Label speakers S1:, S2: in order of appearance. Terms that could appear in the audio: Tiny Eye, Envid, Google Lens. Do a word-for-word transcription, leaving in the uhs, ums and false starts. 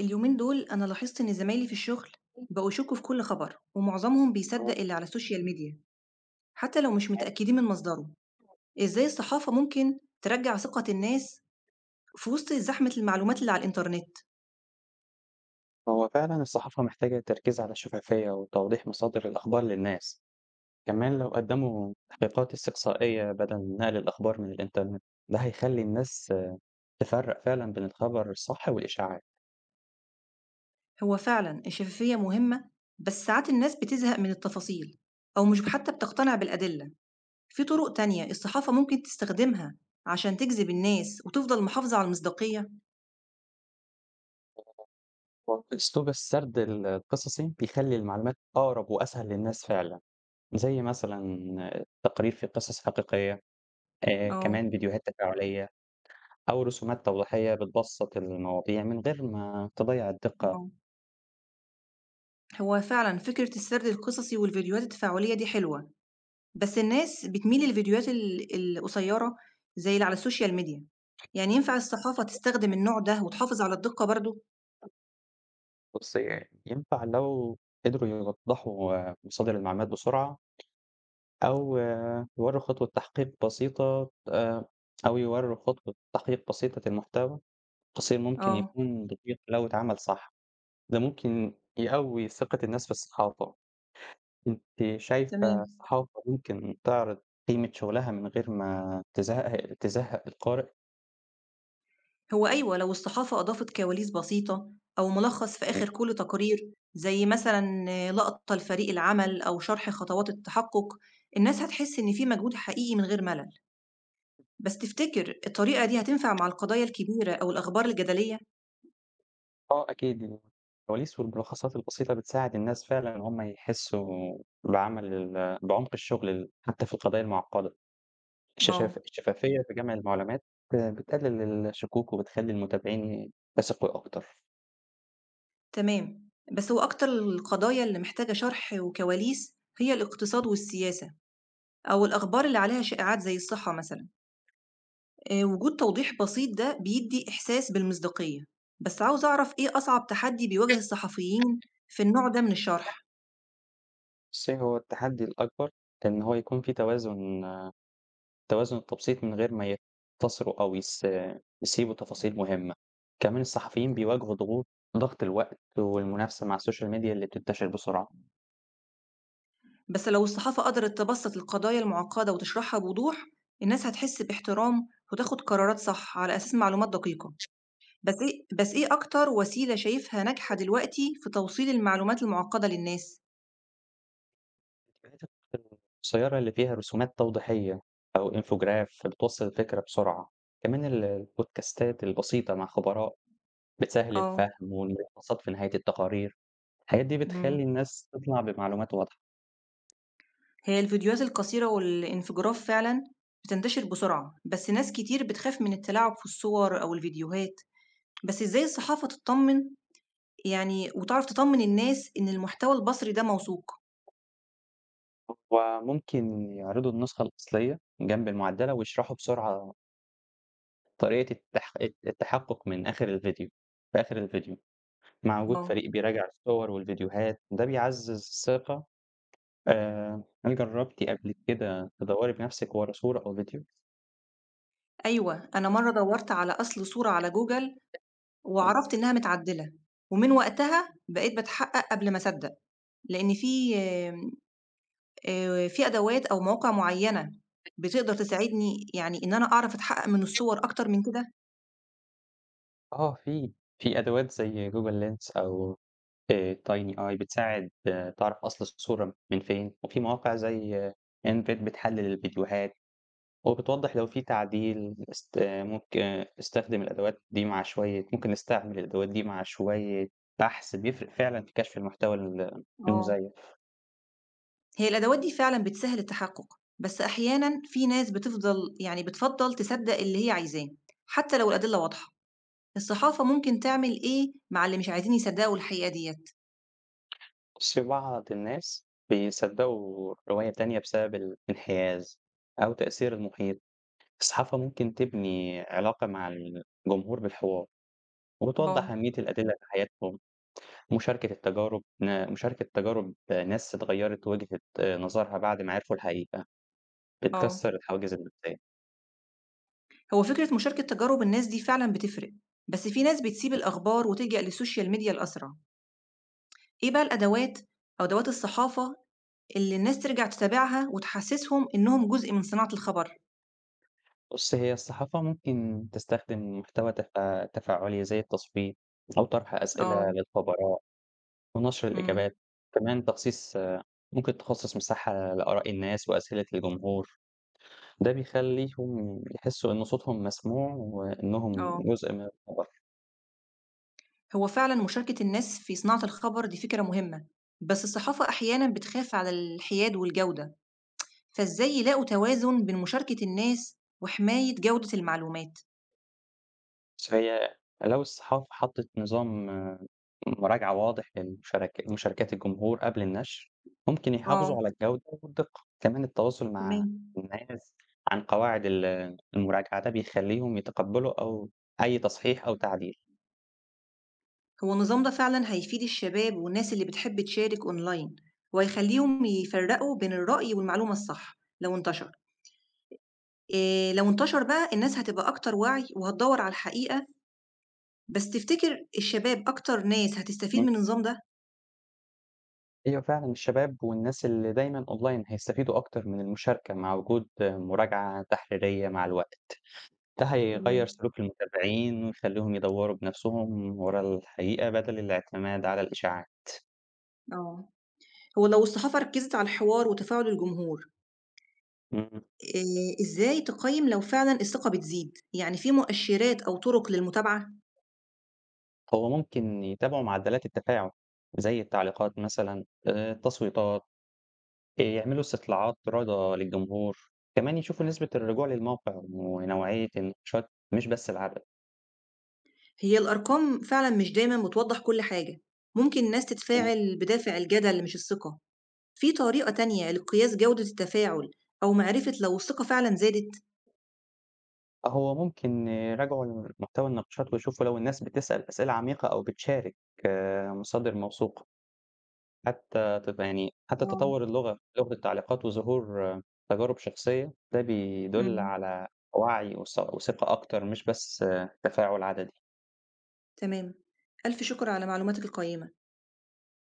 S1: اليومين دول أنا لاحظت إن زمايلي في الشغل بقوا يشكوا في كل خبر ومعظمهم
S2: هو
S1: بيصدق اللي على السوشيال ميديا حتى لو مش متأكدين من مصدره. إزاي الصحافة ممكن ترجع ثقة الناس في وسط زحمة المعلومات اللي على الإنترنت؟
S2: هو فعلًا الصحافة محتاجة تركيز على الشفافية وتوضيح مصادر الأخبار للناس، كمان لو قدّموا تحقيقات استقصائية بدل من نقل الأخبار من الإنترنت، ده هيخلّي الناس تفرّق فعلًا بين الخبر الصح والإشاعات،
S1: هو فعلا الشفافية مهمة، بس ساعات الناس بتزهق من التفاصيل أو مش حتى بتقتنع بالأدلة. في طرق تانية الصحافة ممكن تستخدمها عشان تجذب الناس وتفضل محافظة على المصداقية؟
S2: وأسلوب السرد ال القصصي بيخلّي المعلومات أقرب وأسهل للناس فعلًا، زي مثلًا تقرير في قصص حقيقية، آآ
S1: اه.
S2: كمان فيديوهات تفاعلية أو رسومات توضيحية بتبسّط المواضيع من غير ما تضيّع الدقة.
S1: آه. هو فعلا فكرة السرد القصصي والفيديوهات التفاعلية دي حلوة، بس الناس بتميل للفيديوهات ال القصيّرة زي اللي على السوشيال ميديا، يعني ينفع الصحافة تستخدم النوع ده وتحافظ على الدقة برضه؟
S2: بُصّي، ينفع لو قدروا يوضّحوا مصادر المعلومات بسرعة أو يورّوا خطوة تحقيق بسيطة آآ أو يورّوا خطوة تحقيق بسيطة المحتوى، قصير ممكن
S1: آه.
S2: يكون دقيق لو اتعمل صح، ده ممكن يقوّي ثقة الناس في الصحافة، أنتِ
S1: تمام.
S2: شايفة الصحافة ممكن تعرض قيمة شغلها من غير ما تزهق تزهق القارئ؟
S1: هو أيوه، لو الصحافة أضافت كواليس بسيطة أو ملخّص في آخر كل تقرير، زي مثلًا لقطة لفريق العمل أو شرح خطوات التحقق، الناس هتحس إن في مجهود حقيقي من غير ملل. بس تفتكر الطريقة دي هتنفع مع القضايا الكبيرة أو الأخبار الجدلية؟
S2: آه أكيد، الكواليس والملخصات البسيطة بتساعد الناس فعلًا إن هم يحسّوا بعمل ال بعمق الشغل ال حتى في القضايا المعقدة، الششاف
S1: آه.
S2: الشفافية في جمع المعلومات بتقلل الشكوك وبتخلّي المتابعين يثقوا أكتر،
S1: تمام، بس هو أكتر القضايا اللي محتاجة شرح وكواليس هي الاقتصاد والسياسة أو الأخبار اللي عليها شائعات زي الصحة مثلا. آآ، وجود توضيح بسيط ده بيدي إحساس بالمصداقية، بس عاوزة أعرف إيه أصعب تحدي بيواجه الصحفيين في النوع ده من الشرح؟
S2: بُصّي هو التحدي الأكبر إن هو يكون في توازن توازن التبسيط من غير ما يقتصروا أو يس يسيبوا تفاصيل مهمة، كمان الصحفيين بيواجهوا ضغوط ضغط الوقت والمنافسة مع السوشيال ميديا اللي بتنتشر بسرعة.
S1: بس لو الصحافة قدرت تبسط القضايا المعقدة وتشرحها بوضوح، الناس هتحس باحترام وتاخد قرارات صح على أساس معلومات دقيقة. بس إيه بس إيه أكتر وسيلة شايفها ناجحة دلوقتي في توصيل المعلومات المعقدة للناس؟
S2: القصيرة اللي فيها رسومات توضيحية أو infograph بتوصل الفكرة بسرعة، كمان ال- البودكاستات البسيطة مع خبراء بتسهل الفهم
S1: آه.
S2: والملخصات في نهاية التقارير. الحاجات دي
S1: إمم.
S2: بتخلي الناس تطلع بمعلومات واضحة.
S1: هي الفيديوهات القصيرة والانفجارات فعلًا بتنتشر بسرعة، بس ناس كتير بتخاف من التلاعب في الصور أو الفيديوهات. بس إزاي الصحافة تطمن يعني وتعرف تطمن الناس إن المحتوى البصري ده موثوق؟
S2: وممكن يعرضوا النسخة الأصلية جنب المعدلة ويشرحوا بسرعة طريقة التح... التحقق من آخر الفيديو في آخر الفيديو، مع وجود
S1: آه،
S2: فريق بيراجع الصور والفيديوهات ده بيعزز الثقة. آآ، هل جرّبتِ قبل كده تدوّري بنفسِك ورا صورة أو فيديو؟
S1: أيوه، أنا مرّة دورت على أصل صورة على جوجل
S2: إمم،
S1: وعرفت إنها متعدلة، ومن وقتها بقيت باتحقق قبل ما أصدق. لإن في آآ، في أدوات أو مواقع معينة بتقدر تساعدني يعني إن أنا أعرف أتحقق من الصور أكتر من كده؟
S2: آه في، في أدوات زي Google Lens أو آآ Tiny Eye بتساعد آه، تعرف أصل الصورة من فين، وفي مواقع زي Envid بتحلل الفيديوهات وبتوضّح لو في تعديل، است آه، ممكن آه، استخدم الأدوات دي مع شوية ممكن نستعمل الأدوات دي مع شوية بحث، بيفرق فعلًا في كشف المحتوى ال
S1: آه.
S2: المزيف.
S1: هي الأدوات دي فعلًا بتسهّل التحقُّق، بس أحيانًا في ناس بتفضل يعني بتفضّل تصدّق اللي هي عايزاه، حتى لو الأدلة واضحة. الصحافة ممكن تعمل إيه مع اللي مش عايزين يصدّقوا الحقيقة ديّة؟
S2: بُصّي، بعض الناس بيصدّقوا رواية تانية بسبب الانحياز أو تأثير المحيط، الصحافة ممكن تبني علاقة مع الجمهور بالحوار، وبتوضّح
S1: آه.
S2: أهمية الأدلة في حياتهم، مشاركة التجارب ن مشاركة تجارب ناس اتغيّرت وجهة آه، نظرها بعد ما عرفوا الحقيقة،
S1: آه.
S2: بتكسّر الحواجز النفسية.
S1: هو فكرة مشاركة تجارب الناس دي فعلًا بتفرق، بس في ناس بتسيب الأخبار وتلجأ للسوشيال ميديا الأسرع. إيه بقى الأدوات أو أدوات الصحافة اللي الناس ترجع تتابعها وتحسّسهم إنهم جزء من صناعة الخبر؟
S2: بُصّي، هي الصحافة ممكن تستخدم محتوى تفا تفاعلي زي التصويت أو طرح أسئلة
S1: آه.
S2: للخبراء ونشر
S1: إمم.
S2: الإجابات، كمان تخصيص ممكن تخصص مساحة لآراء الناس وأسئلة الجمهور، ده بيخلّيهم يحسّوا إن صوتهم مسموع وإنهم
S1: آه.
S2: جزء من الخبر،
S1: هو فعلًا مشاركة الناس في صناعة الخبر دي فكرة مهمة، بس الصحافة أحيانًا بتخاف على الحياد والجودة، فإزاي يلاقوا توازن بين مشاركة الناس وحماية جودة المعلومات؟
S2: بس هي لو الصحافة حطّت نظام آه، مراجعة واضح للمشارك مشاركات الجمهور قبل النشر، ممكن يحافظوا
S1: آه.
S2: على الجودة والدقة، كمان التواصل مع
S1: تمام.
S2: الناس عن قواعد ال المراجعة ده بيخلّيهم يتقبّلوا أو أي تصحيح أو تعديل.
S1: هو النظام ده فعلًا هيفيد الشباب والناس اللي بتحب تشارك أونلاين، وهيخليهم يفرقوا بين الرأي والمعلومة الصح لو انتشر. آآ، لو انتشر بقى الناس هتبقى أكتر وعي وهتدور على الحقيقة، بس تفتكر الشباب أكتر ناس هتستفيد من النظام ده؟
S2: أيوه فعلًا الشباب والناس اللي دايمًا online هيستفيدوا أكتر من المشاركة مع وجود مراجعة تحريرية مع الوقت، ده هيغيّر
S1: تمام.
S2: سلوك المتابعين ويخلّيهم يدوّروا بنفسهم ورا الحقيقة بدل الاعتماد على الإشاعات،
S1: آه. هو لو الصحافة ركّزت على الحوار وتفاعل الجمهور،
S2: إمم،
S1: آآ إزاي تقيّم لو فعلًا الثقة بتزيد؟ يعني في مؤشِّرات أو طُرق للمتابعة؟
S2: هو ممكن يتابعوا معدلات التفاعل زي التعليقات مثلًا، آآ، التصويتات، آآ، يعملوا استطلاعات رَضا للجمهور، كمان يشوفوا نسبة الرجوع للموقع ونوعية النقاشات مش بس العدد.
S1: هي الأرقام فعلًا مش دايمًا بتوضّح كل حاجة، ممكن الناس تتفاعل بدافع الجدل مش الثقة. في طريقة تانية لقياس جودة التفاعل أو معرفة لو الثقة فعلًا زادت؟
S2: هو ممكن يراجعوا ال محتوى النقاشات ويشوفوا لو الناس بتسأل أسئلة عميقة أو بتشارك آه، مصادر موثوقة، حتى تت يعني حتى
S1: آه.
S2: تطور اللغة، لغة التعليقات وظهور آه، تجارب شخصية، ده بيدل
S1: إمم.
S2: على وعي وث وثقة أكتر مش بس آه، تفاعل عددي.
S1: تمام. ألف شكر على معلوماتك القيّمة.